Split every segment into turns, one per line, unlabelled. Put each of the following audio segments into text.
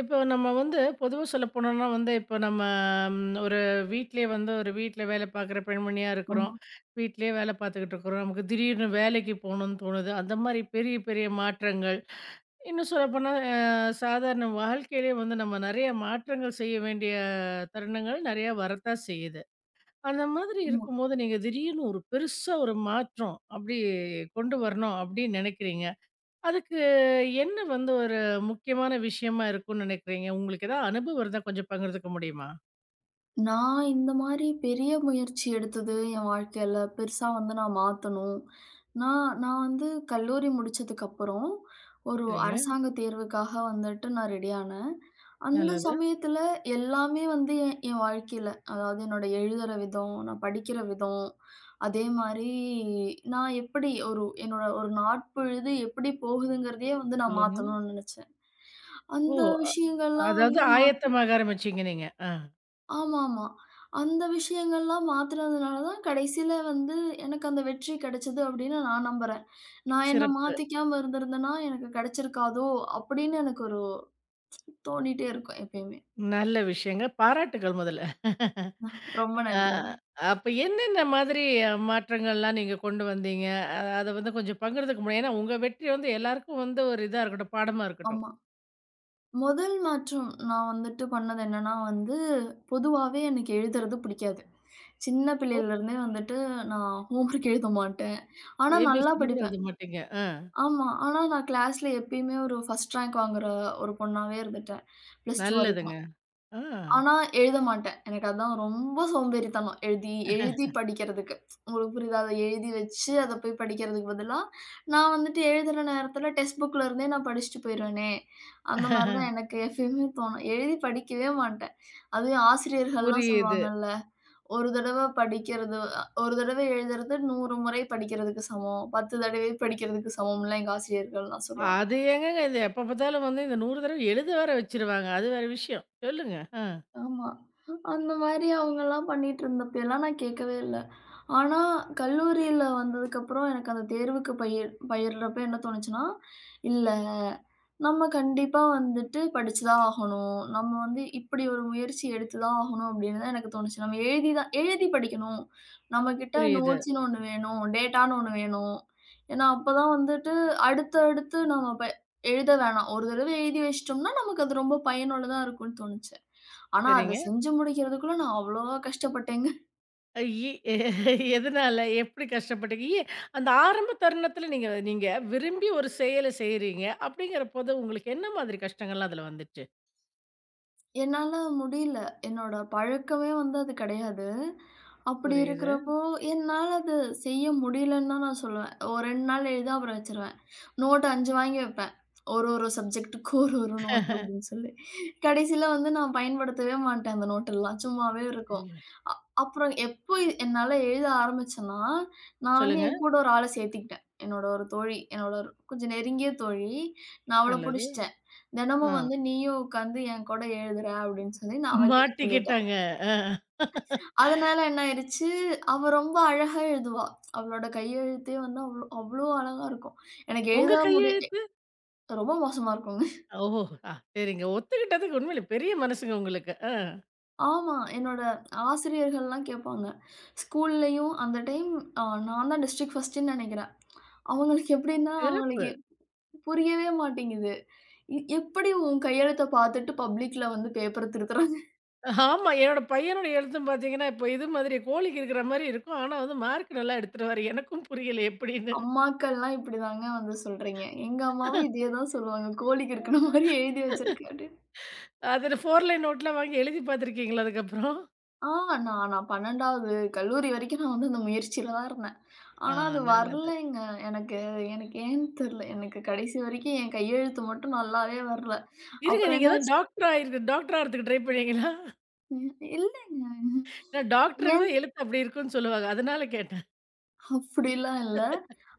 இப்போ நம்ம வந்து பொதுவா சொல்லப்போனோம்னா வந்து, இப்போ நம்ம ஒரு வீட்லயே வந்து ஒரு வீட்ல வேலை பார்க்குற பெண்மணியா இருக்கிறோம்.
ஆமா,
வீட்லயே வேலை பார்த்துக்கிட்டு இருக்கிறோம். நமக்கு திடீர்னு வேலைக்கு போணும்னு தோணுது. அந்த மாரி பெரிய, பெரிய மாற்றங்கள். இன்னும் சொல்லப்போனா சாதாரண வாழ்க்கையிலயே வந்து நம்ம நெறைய மாற்றங்கள் செய்ய வேண்டிய தருணங்கள் நெறையா வரத்தான் செய்யுது. அந்த மாதிரி
ஆமா.
இருக்கும்போது, நீங்க திடீர்னு ஒரு பெருசா ஒரு மாற்றம் அப்படி கொண்டு வரணும் அப்படின்னு நெனைக்கிறீங்க. அதுக்கு என்ன வந்து ஒரு முக்கியமான விஷயமா இருக்கும்னு நினைக்கிறீங்க? உங்களுக்கு ஏதாவது அனுபவம் இருந்தா கொஞ்சம் பகிர்ந்துக்க முடியுமா?
நான் இந்த மாரி பெரிய முயற்சி எடுத்தது என் வாழ்க்கையில, பெருசா வந்து நான் மாத்தணும். நான் நான் வந்து கல்லூரி முடிச்சதுக்கப்புறம், ஒரு
சரிங்க.
அரசாங்க தேர்வுக்காக வந்துட்டு நான் ரெடி ஆனேன். அந்த
நல்லது.
சமயத்துல எல்லாமே வந்து என் என் வாழ்க்கையில, அதாவது என்னோட எழுதுற விதம், நான் படிக்கிற விதம், அதே மாரி நான் எப்படி ஒரு என்னோட ஒரு நாட்பொழுது எப்படி போகுதுங்கிறதையே வந்து நான்
சொல்லுங்க.
மாத்தணும்னு நெனச்சேன்.
ஓ!
அந்த
அ-
விஷயங்கள்லாம்
அதாவது
வந்து
ஆயத்தமாக ஆரம்பிச்சீங்க நீங்க. ஆ.
ஆமாமா. அந்த விஷயங்கள்லாம் மாத்துனதுனால தான் கடைசில வந்து எனக்கு அந்த வெற்றி கிடைச்சது அப்படின்னு நான் நம்புறேன். நான் என்ன
சிறப்பு.
மாத்திக்காம இருந்திருந்தேன்னா, எனக்கு கிடைச்சிருக்காதோ! அப்படின்னு எனக்கு ஒரு தோணிட்டே இருக்கும் எப்பயுமே.
நல்ல விஷயங்க. பாராட்டுக்கள் முதல்ல.
ரொம்ப
ஆ
நன்றிங்க.
அப்ப என்னென்ன மாதிரி மாற்றங்கள்லாம் நீங்க கொண்டு வந்தீங்க? அத வந்து கொஞ்சம் பகிர்ந்துக்க முடியும். ஏன்னா உங்க வெற்றி வந்து எல்லாருக்கும் வந்து ஒரு இதா இருக்கட்டும், பாடமா இருக்கட்டும்.
ஆமா. முதல் மாற்றம் நான் வந்துட்டு பண்ணது என்னன்னா வந்து, பொதுவாவே எனக்கு எழுதுறது பிடிக்காது. சின்ன
ஓ!
பிள்ளையிலருந்தே வந்துட்டு நான் ஹோம்வொர்க் எழுத மாட்டேன். ஆனா நல்லா
ஏபிசிடி கூட
படிப்பேன்.
எழுத மாட்டீங்க. ஆ.
ஆமா. ஆனா நான் கிளாஸ்ல எப்பயுமே ஒரு ஃபர்ஸ்ட் ரேங்க் வாங்குற ஒரு பொண்ணாவே இருந்துட்டேன். பிளஸ் 2
நல்லதுங்க.
வரைக்கும்.
ஆ.
ஆனா எழுத மாட்டேன். எனக்கு அதான் ரொம்ப சோம்பேறித்தனம். எழுதி எழுதி படிக்கிறதுக்கு. உங்களுக்கு புரியுதா? அத எழுதி வச்சு அத போய் படிக்கிறதுக்கு பதிலா, நான் வந்துட்டு எழுதுற நேரத்தில டெக்ஸ்ட் புக்ல இருந்தே நான் படிச்சுட்டு போயிருவேனே! அந்த மாரி தான் எனக்கு எப்பயுமே தோணும். எழுதி படிக்கவே மாட்டேன். அதுவும் ஆசிரியர்கள்லாம்
புரியுது.
சொல்லுவாங்கல்ல. ஒரு தடவ படிக்கிறது ஒரு தடவை எழுதுறது 100 முறை படிக்கிறதுக்கு சமம். 10 தடவை படிக்கிறதுக்கு சமம்லாம் எங்க ஆசிரியர்கள்லாம் சொல்லுவாங்க.
அது எங்கங்க இது எப்ப பார்த்தாலும் வந்து இந்த 100 தடவ எழுத வேற வச்சுருவாங்க. அது வேற விஷயம். சொல்லுங்க. ஆ.
ஆமா. அந்த மாரி அவங்கலாம் பண்ணிட்டு இருந்தப்பயலாம் நான் கேட்கவே இல்ல. ஆனா கல்லூரியில வந்ததுக்கப்புறம் எனக்கு அந்த தேர்வுக்கு பயிர்றப்ப என்ன தோணுச்சுன்னா, இல்ல நம்ம கண்டிப்பா வந்துட்டு படிச்சு தான் ஆகணும். நம்ம வந்து இப்படி ஒரு முயற்சி எடுத்து தான் ஆகணும் அப்படின்னு தான் எனக்கு தோணுச்சு. நம்ம எழுதி தான் எழுதி படிக்கணும். நம்மகிட்ட
புரியுது.
நோட்ஸ்ன்னு ஒண்ணு வேணும். டேட்டான்னு ஒண்ணு வேணும். ஏன்னா, அப்பதான் வந்துட்டு அடுத்தடுத்து நம்ம ப எழுத வேணாம். ஒரு தடவை எழுதி வச்சுட்டோம்னா, நமக்கு அது ரொம்ப பயனுள்ளதா இருக்கும்ன்னு தோணுச்சு. ஆனா, அத
சரிங்க.
செஞ்சு முடிக்கிறதுக்குள்ள நான் அவ்வளவா கஷ்டப்பட்டேங்க.
அ, இ எதனால? எப்படி கஷ்டப்பட்டீங்க? அந்த ஆரம்ப தருணத்தில நீங்க நீங்க விரும்பி ஒரு செயல செய்றீங்க. அப்படிங்கிறபோது உங்களுக்கு என்ன மாதிரி கஷ்டங்கள்லாம் அதுல வந்துச்சு?
என்னால முடியல. என்னோட பழக்கமே வந்து அது கிடையாது. அப்படி
புரியுது.
இருக்கிறப்போ, என்னால அது செய்ய முடியலன்னு தான் நான் சொல்லுவேன். ஒரு 2 நாள் எழுத அப்புறம் வச்சுருவேன். நோட் 5 வாங்கி வைப்பேன். ஒரு ஒரு சப்ஜெக்ட்டுக்கு ஒரு ஒரு நோட் அப்படின்னு சொல்லி. கடைசியில வந்து நான் பயன்படுத்தவே மாட்டேன் அந்த நோட்டெல்லாம். சும்மாவே இருக்கும்.
ஐயோ!
அ அப்புறம் எப்போ என்னால எழுத ஆரம்பிச்சேன்னா, நான் வந்து
சொல்லுங்க.
என் கூட ஒரு ஆள சேர்த்துக்கிட்டேன். என்னோட ஒரு தோழி, என்னோட ஒரு கொஞ்சம் நெருங்கிய தோழி. நான் அவள
நல்லது.
புடிச்சுட்டேன். தினமும்
ஆ.
வந்து நீயும் உட்காந்து என் கூட எழுதுற அப்படின்னு சொல்லி நான் அவகிட்ட சொல்லிட்டேன்.
மாட்டிக்கிட்டாங்க. ஆ.
அதனால என்ன ஆயிடுச்சு, அவ ரொம்ப அழகா எழுதுவா. அவளோட கையெழுத்தே வந்து அவ்ளோ அவ்ளோ அழகா இருக்கும். எனக்கு
உங்க
எழுத முடிய
கையெழுத்து?
ரொம்ப மோசமா இருக்குங்க.
ஓ! ஆ சரிங்க. ஒத்துக்கிட்டதுக்கு உண்மையில பெரிய மனசுங்க உங்களுக்கு. ஆ.
ஆமா. என்னோட ஆசிரியர்கள்லாம் கேட்பாங்க. ஸ்கூல்லயும் அந்த டைம் அ நான் தான் டிஸ்ட்ரிக்ட் ஃபர்ஸ்ட்டுன்னு நெனைக்கிறேன். அவங்களுக்கு எப்படின்னா,
சிறப்பு.
அவங்களுக்கு புரியவே மாட்டேங்குது. எப்படி உன் கையெழுத்த பார்த்துட்டு பப்ளிக்ல வந்து பேப்பர திருத்துற?"
ஆமா. என்னோட பையனோட எழுத்தும் பார்த்தீங்கன்னா, இப்போ இது மாதிரி கோழிக்கு இருக்கிற மாரி இருக்கும். ஆனா வந்து மார்க் நல்லா எடுத்துருவாரு. எனக்கும் புரியல எப்படின்னு.
அம்மாக்கள்லாம் இப்படிதாங்க வந்து சொல்றீங்க. எங்க அம்மாவும் இதே தான் சொல்லுவாங்க. கோழிக்கு இருக்குன
ஆஹ.
மாரி எழுதி வச்சிருக்க அப்படின்னு.
அது 4 லைன் நோட்லாம் வாங்கி எழுதி பார்த்துருக்கீங்களா அதுக்கப்புறம்?
ஆ நான் நான் 12வது கல்லூரி வரைக்கும் நான் வந்து அந்த முயற்சியில தான் இருந்தேன்.
ஆ,
ஆனா அது
நல்லது.
வரலைங்க. எனக்கு எனக்கு ஏன்னு தெரியல. எனக்கு கடைசி வரைக்கும் என் கையெழுத்து மட்டும் நல்லாவே வரல.
இருங்க
அப்புறம்
நீங்க ஏதாவது
என்னாச்சு
டாக்டர் ஆயிருக்கு டாக்டர் ஆறதுக்கு ட்ரை பண்ணீங்களா?
இல்லங்க.
ஏன்னா டாக்டருக்கு
ஏன்
தான் எழுத்து அப்படி இருக்குன்னு சொல்லுவாங்க. அதனால கேட்டேன்.
அப்படிலாம் இல்ல.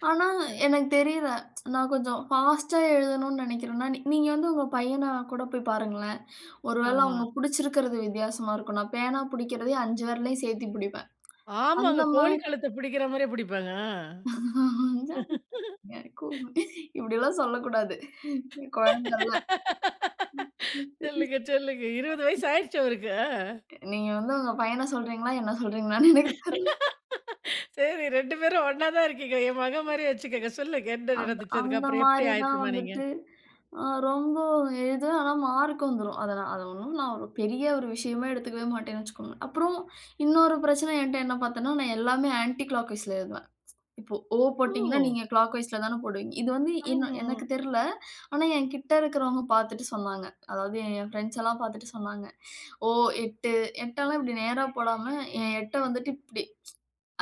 ஆனா எனக்கு தெரியல. நான் கொஞ்சம் ஃபாஸ்ட்டா எழுதணும்னு நினைக்கிறேன்னா, நீங்க வந்து உங்க பையன கூட போய் பாருங்களேன். ஒரு வேள
ஆமா.
அவங்க புடிச்சிருக்கிறது வித்தியாசமா இருக்கும். நான் பேனா புடிக்கிறதே 5 விரலையும் சேர்த்தி புடிப்பேன். அந்த
ஆமாங்க. கோழி
மாரி
கழுத்த பிடிக்கிற மாரியே பிடிப்பாங்க. ஆ.
இப்படிலாம் சொல்லக்கூடாது. குழந்தல்ல.
சொல்லுங்க, சொல்லுங்க. 20 வயசு ஆயிடுச்சு அவருக்கு.
நீங்க வந்து உங்க பையன சொல்றீங்களா? என்ன சொல்றீங்களான்னு எனக்கு தெரியல.
ஆ. சரி 2 பேரும் ஒண்ணா தான் இருக்கீங்க. என் மகன் மாரி வச்சுக்கங்க. சொல்லுங்க என்ன
அந்த
நடந்துச்சு?
அந்த
அதுக்கப்புறம் எப்படி
மாரி தான்
ஆயத்தமானீங்க?
வந்துட்டு ரொம்ப எழுதுவேன். ஆனா மார்க் வந்துரும். அத நான் அத ஒண்ணும் நான் ஒரு பெரிய ஒரு விஷயமா எடுத்துக்கவே மாட்டேன்னு வச்சுக்கோங்க. அப்புறம் இன்னொரு பிரச்சனை என்ட்ட என்ன பார்த்தேன்னா, நான் எல்லாமே ஆன்டி கிளாக் வைஸ்ல எழுதுவேன். இப்போ "ஓ" போட்டீங்கன்னா,
ஓ!
நீங்க கிளாக் வைஸ்ல தான போடுவீங்க. இது வந்து என்ன
ஆமா.
எனக்கு தெர்ல. ஆனா, என் கிட்ட இருக்கிறவங்க பாத்துட்டு சொன்னாங்க. அதாவது என் ஃப்ரெண்ட்ஸ் எல்லாம் பாத்துட்டு சொன்னாங்க. "ஓ 8" 8 எல்லாம் இப்படி நேரா போடாம, என் 8 வந்துட்டு இப்படி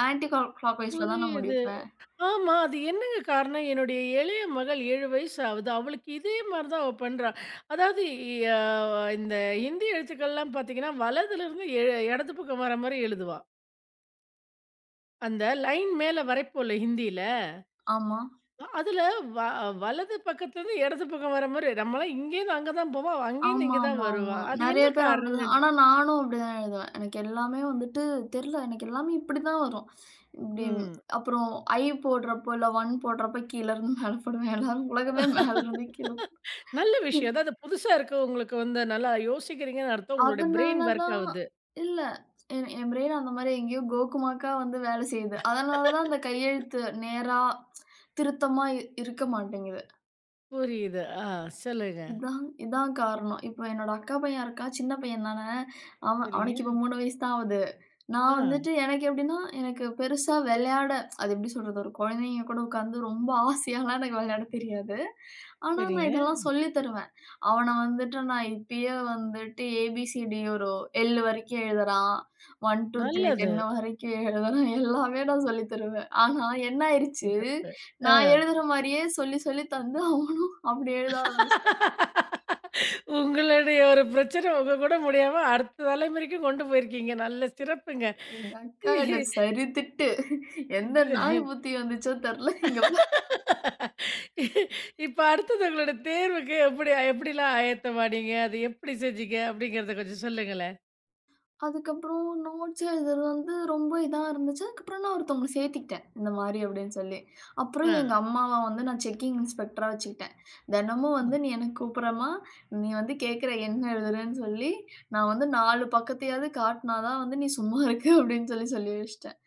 ஆன்டி கிளாக் கிளாக் வைஸ்ல தான் நான்
புரியுது.
முடிப்பேன்.
ஆமா. அது என்னங்க காரணம்? என்னுடைய இளைய மகள் 7 வயசு ஆகுது. அவளுக்கு இதே மாரி தான் அவ பண்றா. அதாவது அ இந்த ஹிந்தி எழுத்துக்கள்லாம் பார்த்தீங்கன்னா, வலதுலருந்து இடது பக்கம் வர மாரி எழுதுவா. அந்த லைன் மேல வரைப்போம்ல ஹிந்தியில.
ஆமா.
அதுல வ வலது பக்கத்துலருந்து இடது பக்கம் வர மாரி நம்மலாம் இங்கேருந்து அங்க தான் போவோம். அவ அங்கேருந்து
ஆமா,
இங்க தான்
ஆமா,
வருவா.
ஆமா.
அது என்ன
நெறைய பேர்
காரணம்னு
அப்படிதான். ஆனா, நானும் அப்படிதான் எழுதுவேன். எனக்கு எல்லாமே வந்துட்டு தெர்ல. எனக்கு எல்லாமே இப்படிதான் வரும். இப்படி
ம்.
அப்புறம் "ஐ" போடுறப்போ, இல்ல "ஒன்" போடுறப்போ கீழ இருந்து மேல போடுவேன். எல்லாரும் உலகமே மேல இருந்து கீழ
நல்ல விஷயம். அதாவது புதுசா இருக்கவங்களுக்கு வந்து நல்லா யோசிக்கிறீங்கன்னு அர்த்தம். உங்களுடைய
அதனால
பிரெயின் வொர்க்
தான்
ஆவுது.
இல்ல. என் என் பிரெயின் அந்த மாரி எங்கேயோ கோக்குமாக்கா வந்து வேலை செய்யுது. அதனால தான் அந்த கையெழுத்து நேரா திருத்தமா இருக்க மாட்டேங்குது.
புரியுது. ஆ சொல்லுங்க.
இதான் இதான் காரணம். இப்ப என்னோட அக்கா பையன் இருக்கான். சின்ன பையன் தானே. அவன்
சரிங்க.
அவனுக்கு இப்ப 3 வயசு தான் ஆகுது.
ஆ
நான் வந்துட்டு எனக்கு எப்படின்னா, எனக்கு பெருசா விளையாட அது எப்படி சொல்றது? ஒரு குழந்தைங்க கூட உட்காந்து ரொம்ப ஆசையாலாம் எனக்கு விளையாட தெரியாது. ஆனா, நான்
சரிங்க.
இதெல்லாம் சொல்லி தருவேன். அவன வந்துட்டு நான் இப்பயே வந்துட்டு ஏபிசிடி ஒரு எல் வரைக்கும் எழுதுறான். 1, 2,
நல்லது.
3, 10 வரைக்கும் எழுதுறான். எல்லாமே நான் சொல்லி தருவேன். ஆனா என்ன ஆயிருச்சு,
சிறப்பு. ஆ.
நான் எழுதுற மாரியே சொல்லி சொல்லி தந்து அவனும் அப்படி எழுத ஆரம்பிச்சுட்டான்.
உங்களுடைய ஒரு பிரச்சனை உங்க கூட முடியாம அடுத்த தலைமுறைக்கும் கொண்டு போயிருக்கீங்க. நல்ல சிறப்புங்க.
எங்க அக்கா என்ன சரித்திட்டு, எந்த நாய் புத்தி வந்துச்சோ தெர்ல. இங்க
இப்ப அடுத்தது உங்களோட தேர்வுக்கு எப்படி எப்படிலாம் ஆயத்தமானீங்க? அது எப்படி செஞ்சீங்க? அப்படிங்கிறத கொஞ்சம் சொல்லுங்களேன்.
அதுக்கப்புறம் நோட்ஸ் எழுதுறது வந்து ரொம்ப இதா இருந்துச்சு. அதுக்கப்புறம் நான் ஒருத்தவங்கள சேர்த்துக்கிட்டேன். இந்த மாரி அப்படின்னு சொல்லி. அப்புறம்
ஆ.
எங்க அம்மாவ வந்து நான் செக்கிங் இன்ஸ்பெக்டரா வச்சுக்கிட்டேன். தினமும் வந்து நீ எனக்கு கூப்பிடுறம்மா, நீ வந்து கேட்குற என்ன எழுதுறன்னு சொல்லி, நான் வந்து 4 பக்கத்தையாவது காட்டினா தான் வந்து நீ சும்மா இருக்க அப்படின்னு சொல்லி சொல்லி வச்சுட்டேன்.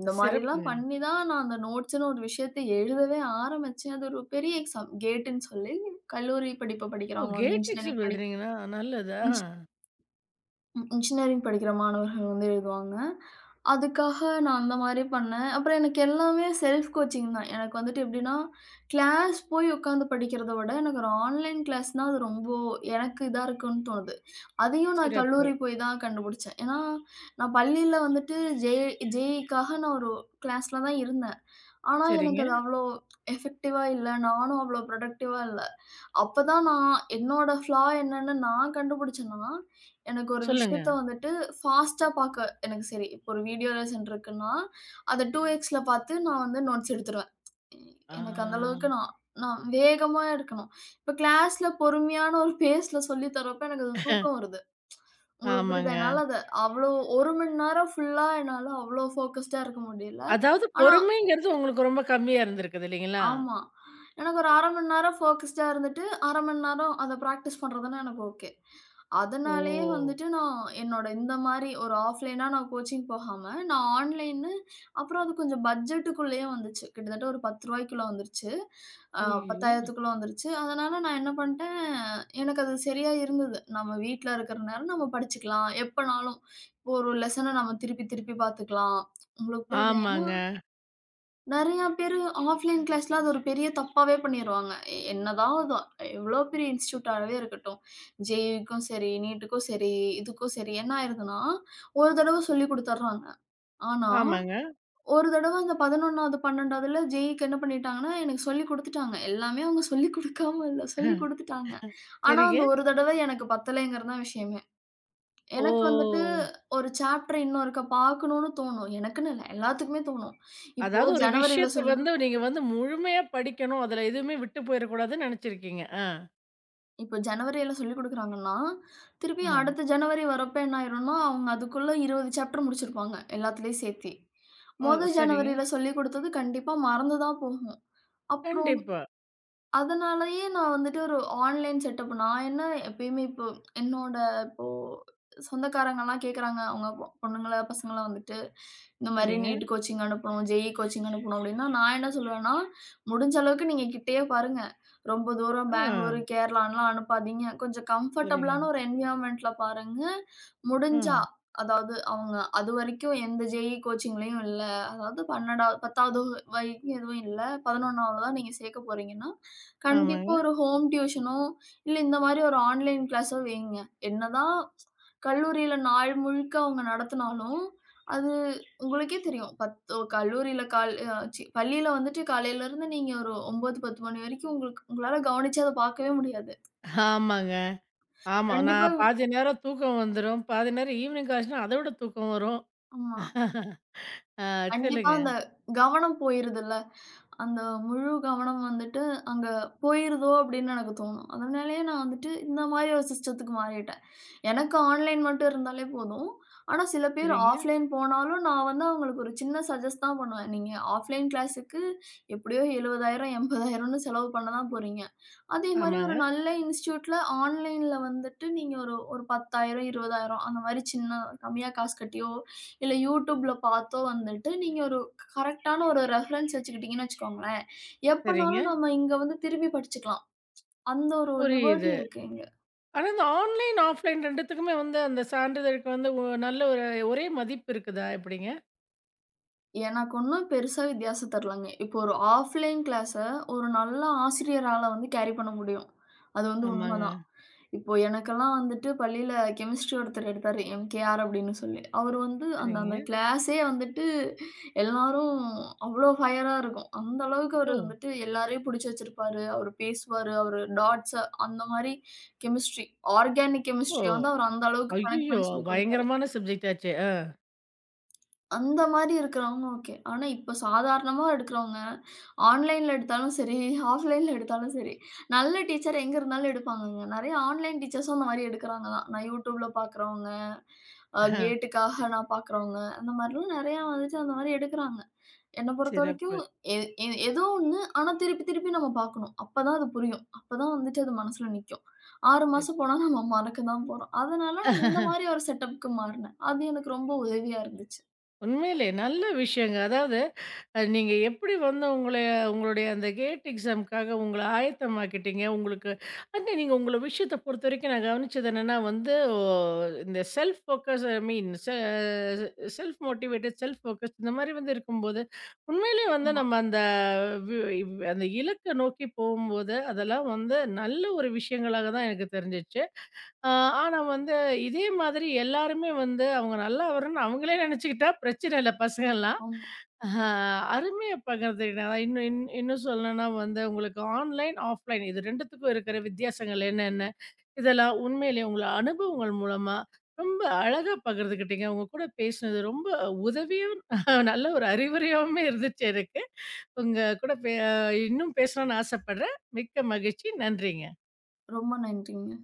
இந்த மாரிலாம்
சிறப்புங்க.
பண்ணி தான் நான் அந்த நோட்ஸ்ன்னு ஒரு விஷயத்த எழுதவே ஆரம்பிச்சேன். அது ஒரு பெரிய எக்ஸாம் கேட்டுன்னு சொல்லி கல்லூரி படிப்ப
ஓ!
படிக்கிறவங்க வந்து
கேட் எக்ஸாம்
இன்ஜினியரிங் படி
எழுதுறீங்களா? நல்லதா?
இன்ஜி ம். இன்ஜினியரிங் படிக்கிற மாணவர்கள் வந்து எழுதுவாங்க. அதுக்காக நான் அந்த மாரி பண்ணேன். அப்புறம் எனக்கு எல்லாமே செல்ஃப் கோச்சிங் தான். எனக்கு வந்துட்டு எப்படின்னா, கிளாஸ் போய் உட்காந்து படிக்கிறத விட, எனக்கு ஒரு ஆன்லைன் கிளாஸ் தான் அது ரொம்ப எனக்கு இதா இருக்குன்னு தோணுது. அதையும் நான்
சிறப்பு.
கல்லூரி போய் தான் கண்டுபிடிச்சேன். ஏன்னா, நான் பள்ளியில வந்துட்டு ஜே ஜேஇக்காக நான் ஒரு கிளாஸ்ல தான் இருந்தேன். ஆனா,
சரிங்க.
எனக்கு அது அவ்வளோ எஃபெக்டிவா இல்ல. நானும் அவ்வளோ ப்ரொடக்டிவா இல்ல. அப்பதான் நான் என்னோட ஃப்ளா என்னன்னு நான் கண்டுபிடிச்சேன்னா, எனக்கு ஒரு
சொல்லுங்க.
விஷயத்த வந்துட்டு ஃபாஸ்ட்டா பாக்க எனக்கு சரி, இப்போ ஒரு வீடியோ லெசன் இருக்குன்னா, அத 2எக்ஸ்ல பாத்து நான் வந்து நோட்ஸ் எடுத்துருவேன். எனக்கு அந்த
ஆ,
அளவுக்கு நான் நான் வேகமா இருக்கணும். இப்ப கிளாஸ்ல பொறுமையான ஒரு பேஸ்ல சொல்லி தர்றப்ப எனக்கு அது தூக்கம் வருது. உங்களுக்கு புரியுதா?
ஆமாங்க.
என்னால அத அவ்ளோ 1 மணி நேரம் ஃபுல்லா என்னால அவ்ளோ ஃபோக்கஸ்டா இருக்க முடியல.
அதாவது
ஆனா
பொறுமைங்கிறது உங்களுக்கு ரொம்ப கம்மியா இருந்திருக்குது இல்லைங்களா?
ஆமா. எனக்கு ஒரு 1/2 மணி நேரம் ஃபோகஸ்டா இருந்துட்டு, 1/2 மணி நேரம் அத பிராக்டிஸ் பண்றதுன்னா எனக்கு ஓகே. அதனாலேயே
ஓ!
வந்துட்டு நான் என்னோட இந்த மாரி ஒரு ஆஃப்லைனா நான் கோச்சிங் போகாம, நான் ஆன்லைன்னு அப்புறம் அது கொஞ்சம் பட்ஜெட்டுக்குள்ளேயே வந்துச்சு. கிட்டத்தட்ட ஒரு ரூ. 10க்குள்ள வந்துருச்சு. அ
ஐயோ!
10,000த்துக்குள்ள வந்துருச்சு. அதனால நான் என்ன பண்ணிட்டேன், எனக்கு அது சரியா இருந்தது. நம்ம வீட்ல இருக்கிற நேரம் நம்ம படிச்சுக்கலாம். எப்பனாலும். இப்போ ஒரு லெசன நம்ம திருப்பி திருப்பி பார்த்துக்கலாம். உங்களுக்கு புரியுதா? ஏன்னா
ஆமாங்க,
நெறையா பேரு ஆஃப்லைன் கிளாஸ்ல அது ஒரு பெரிய தப்பாவே பண்ணிருவாங்க. என்னதான் அது எவ்ளோ பெரிய இன்ஸ்டிடியூட்டாவே இருக்கட்டும். ஜேஇக்கும் சரி, நீட்டுக்கும் சரி, இதுக்கும் சரி என்ன ஆயிருதுன்னா, ஒரு தடவ சொல்லிக் குடுத்துர்றாங்க. ஆனா,
ஆமாங்க.
ஒரு தடவ அந்த 11வது, 12வதுல ஜேஇக்கு என்ன பண்ணிட்டாங்கன்னா, எனக்கு சொல்லிக் குடுத்துட்டாங்க. எல்லாமே அவங்க சொல்லிக் குடுக்காம இல்ல, சொல்லிக்
அ,
குடுத்துட்டாங்க. ஆனா,
சரிங்க.
அந்த ஒரு தடவ எனக்கு பத்தலைங்கிறது தான் விஷயமே. எனக்கு வந்துட்டு
ஓ!
ஒரு சாப்டர் இன்னும் இருக்க பார்க்கணும்னு தோணும். எனக்குன்னு இல்ல, எல்லாத்துக்குமே தோணும். இப்போ
அதாவது ஒரு
ஜனவரில
விஷயத்த
சொல்லிக்
வந்து நீங்க வந்து முழுமையா படிக்கணும். அதுல எதுவுமே விட்டு போயிறக்கூடாதுன்னு நெனச்சிருக்கீங்க. ஆ,
இப்ப ஜனவரியில சொல்லிக் குடுக்குறாங்கன்னா, திருப்பி
ஆ.
அடுத்த ஜனவரி வரப்ப என்ன ஆயிரும்னா, அவங்க அதுக்குள்ள 20 சாப்டர் முடிச்சிருப்பாங்க, எல்லாத்துலயும் சேர்த்தி.
ஓ!
மொத
சரிங்க.
ஜனவரியில சொல்லிக் குடுத்தது கண்டிப்பா மறந்து தான் போகும். அப்புறம்
கண்டிப்பா.
அதனாலயே நான் வந்துட்டு ஒரு ஆன்லைன் செட்டப் நான் என்ன எப்பயுமே இப்போ என்னோட இப்போ சொந்தக்காரங்கலாம் கேட்குறாங்க. அவங்க பொண்ணுங்கள, பசங்கள வந்துட்டு இந்த மாரி
சரிங்க.
நீட் கோச்சிங் அனுப்பணும், ஜேஇ கோச்சிங் அனுப்பணும் அப்டின்னா, நான் என்ன சொல்லுவேன்னா, முடிஞ்ச அளவுக்கு நீங்க கிட்டயே பாருங்க. ரொம்ப தூரம்
ஆ,
பெங்களூரு, கேரளான்லாம் அனுப்பாதீங்க. கொஞ்சம் கம்ஃபர்டபுளான
சரிங்க.
ஒரு என்வைரன்மென்ட்ல பாருங்க.
ஆ,
முடிஞ்சா அதாவது அவங்க அதுவரைக்கும் எந்த ஜேஇ கோச்சிங்லயும் இல்ல. அதாவது 12வது 10வது வரைக்கும் எதுவும் இல்ல. 11வது தான் நீங்க சேர்க்க போறீங்கன்னா, கண்டிப்பா
ஆமாங்க,
ஒரு ஹோம் டியூஷனோ, இல்ல இந்த மாரி ஒரு ஆன்லைன் கிளாஸோ வையுங்க. என்னதான் கல்லூரியில நாள் முழுக்க அவங்க நடத்தினாலும், அது உங்களுக்கே தெரியும். பத்து கல்லூரியில கால் சி பள்ளியில வந்துட்டு காலையிலருந்து நீங்க ஒரு 9, 10 மணி வரைக்கும் உங்களுக்கு உங்களால கவனிச்சு அத பார்க்கவே முடியாது.
ஆமாங்க. ஆமா.
கண்டிப்பா
நான்
வி-
பாதி நேரம் தூக்கம் வந்துரும். பாதி நேரம் ஈவினிங் ஆச்சுன்னா அத விட தூக்கம் வரும்.
ஆமா.
ஆ
கண்டிப்பா
சொல்லுங்க.
அந்த கவனம் போயிருதுல்ல. அந்த முழு கவனம் வந்துட்டு அங்க போயிருதோ! அப்படின்னு எனக்கு தோணும். அதனாலேயே நான் வந்துட்டு இந்த மாரி ஒரு சிஸ்டத்துக்கு மாறிட்டேன். எனக்கு ஆன்லைன் மட்டும் இருந்தாலே போதும். ஆனா சில பேர்
சரிங்க.
ஆஃப்லைன் போனாலும் நான் வந்து அவங்களுக்கு ஒரு சின்ன சஜெஸ்ட் தான் பண்ணுவேன். நீங்க ஆஃப்லைன் கிளாஸுக்கு எப்படியோ 70,000 80,000ன்னு செலவு பண்ண தான் போறீங்க. அதே மாரி
ஆமாங்க.
ஒரு நல்ல இன்ஸ்டிடியூட்ல ஆன்லைன்ல வந்துட்டு நீங்க ஒரு ஒரு 10,000 20,000 அந்த மாரி சின்ன கம்மியா காசு கட்டியோ, இல்ல YouTubeல பாத்தோ வந்துட்டு நீங்க ஒரு கரெக்ட்டான ஒரு ரெஃபரன்ஸ் வச்சுக்கிட்டீங்கன்னு வச்சுக்கோங்களேன்,
சரிங்க.
எப்பனாலும் நம்ம இங்க வந்து திரும்பி படிச்சுக்கலாம். அந்த ஒரு லிபர்ட்டி
புரியுது.
இருக்கு இங்க.
ஆனா இந்த ஆன்லைன், ஆஃப்லைன் 2த்துக்குமே வந்து அந்த சான்றிதழுக்கு வந்து ஒ நல்ல ஒரு ஒரே மதிப்பு இருக்குதா? எப்படிங்க?
எனக்கு ஒண்ணும் பெருசா வித்தியாசம் தெரியலங்க. இப்போ ஒரு ஆஃப்லைன் கிளாஸ ஒரு நல்ல ஆசிரியரால வந்து கேரி பண்ண முடியும். அது வந்து உண்மதான்.
ஆமாங்க.
இப்போ எனக்கெல்லாம் வந்துட்டு பள்ளியில கெமிஸ்ட்ரி ஒருத்தர் எடுத்தாரு. எம்கேஆர் அப்படின்னு சொல்லி. அவர் வந்து அந்த
சரிங்க.
அந்த கிளாஸே வந்துட்டு எல்லாரும் அவ்ளோ ஃபயரா இருக்கும். அந்த அளவுக்கு
ஓ!
அவர் வந்துட்டு எல்லாரையும் புடிச்சு வச்சிருப்பாரு. அவர் பேசுவாரு. அவரு டாட்ஸ அந்த மாரி கெமிஸ்ட்ரி ஆர்கானிக்
ஓ!
கெமிஸ்ட்ரிய வந்து அவர் அந்த அளவுக்கு கனெக்ட்
ஐய்யயோ!
பண்ணி சொல்லிக் கொடுத்தாரு.
பயங்கரமான சப்ஜெக்ட் ஆச்சே.
அந்த மாரி இருக்கிறவங்க ஓகே. ஆனா, இப்ப சாதாரணமா எடுக்கிறவங்க, ஆன்லைன்ல எடுத்தாலும் சரி, ஆஃப்லைன்ல எடுத்தாலும் சரி, நல்ல டீச்சர் எங்க இருந்தாலும் எடுப்பாங்கங்க. நெறைய ஆன்லைன் டீச்சர்ஸும் அந்த மாரி எடுக்கிறாங்களாம். நான் யூடியூப்ல பார்க்குறவங்க, கேட்டுக்காக நான் பார்க்குறவங்க, அந்த மாரிலாம் நெறையா வந்துட்டு அந்த மாரி எடுக்கிறாங்க. என்ன
சிறப்பு.
பொறுத்தவரைக்கும் எ எ ஏதோ ஒண்ணு, ஆனா திருப்பி திருப்பி நம்ம பார்க்கணும். அப்பதான் அது புரியும். அப்பதான் வந்துட்டு அது மனசுல நிக்கும். 6
சிற்
மாசம் போனா நம்ம மறக்க தான் போறோம். அதனால நான் இந்த மாரி ஒரு செட்டப்க்கு மாறினேன். அது எனக்கு ரொம்ப உதவியா இருந்துச்சு.
உண்மையிலே நல்ல விஷயங்க. அதாவது அது நீங்க எப்படி வந்து உங்கள உங்களுடைய அந்த கேட் எக்ஸாம்க்காக உங்கள ஆயத்தமாக்கிட்டீங்க? உங்களுக்கு வந்து நீங்க உங்கள விஷயத்த பொறுத்தவரைக்கும் நான் கவனிச்சது என்னன்னா வந்து, ஓ இந்த self focus I mean self motivated, self focus இந்த மாரி வந்து இருக்கும்போது, உண்மையிலேயே வந்து
ஆமா.
நம்ம அந்த வி அந்த இலக்க நோக்கி போகும்போது, அதெல்லாம் வந்து நல்ல ஒரு விஷயங்களாக தான் எனக்கு தெரிஞ்சுச்சு. ஆ ஆனா வந்து இதே மாதிரி எல்லாருமே வந்து அவங்க நல்லா வரணும்னு அவங்களே நினைச்சுக்கிட்டா பிரச்சனை இல்ல பசங்கலாம்.
ஆமா.
ஆஹா, அருமையா பகிர்ந்துக்கிட்டீங்க. அதான் இன்னும் இன்னும் சொல்லணும்னா வந்து உங்களுக்கு ஆன்லைன், ஆஃப்லைன் இது 2த்துக்கும் இருக்கிற வித்தியாசங்கள் என்னென்ன? இதெல்லாம் உண்மையிலேயே உங்கள அனுபவங்கள் மூலமா ரொம்ப அழகா பகிர்ந்துக்கிட்டீங்க. உங்க கூட பேசினது ரொம்ப உதவியும், நல்ல ஒரு அறிவுரையாவுமே இருந்துச்சு எனக்கு. உங்க கூட பே இன்னும் பேசணும்னு ஆசைப்படுறேன். மிக்க மகிழ்ச்சி. நன்றிங்க.
ரொம்ப நன்றிங்க.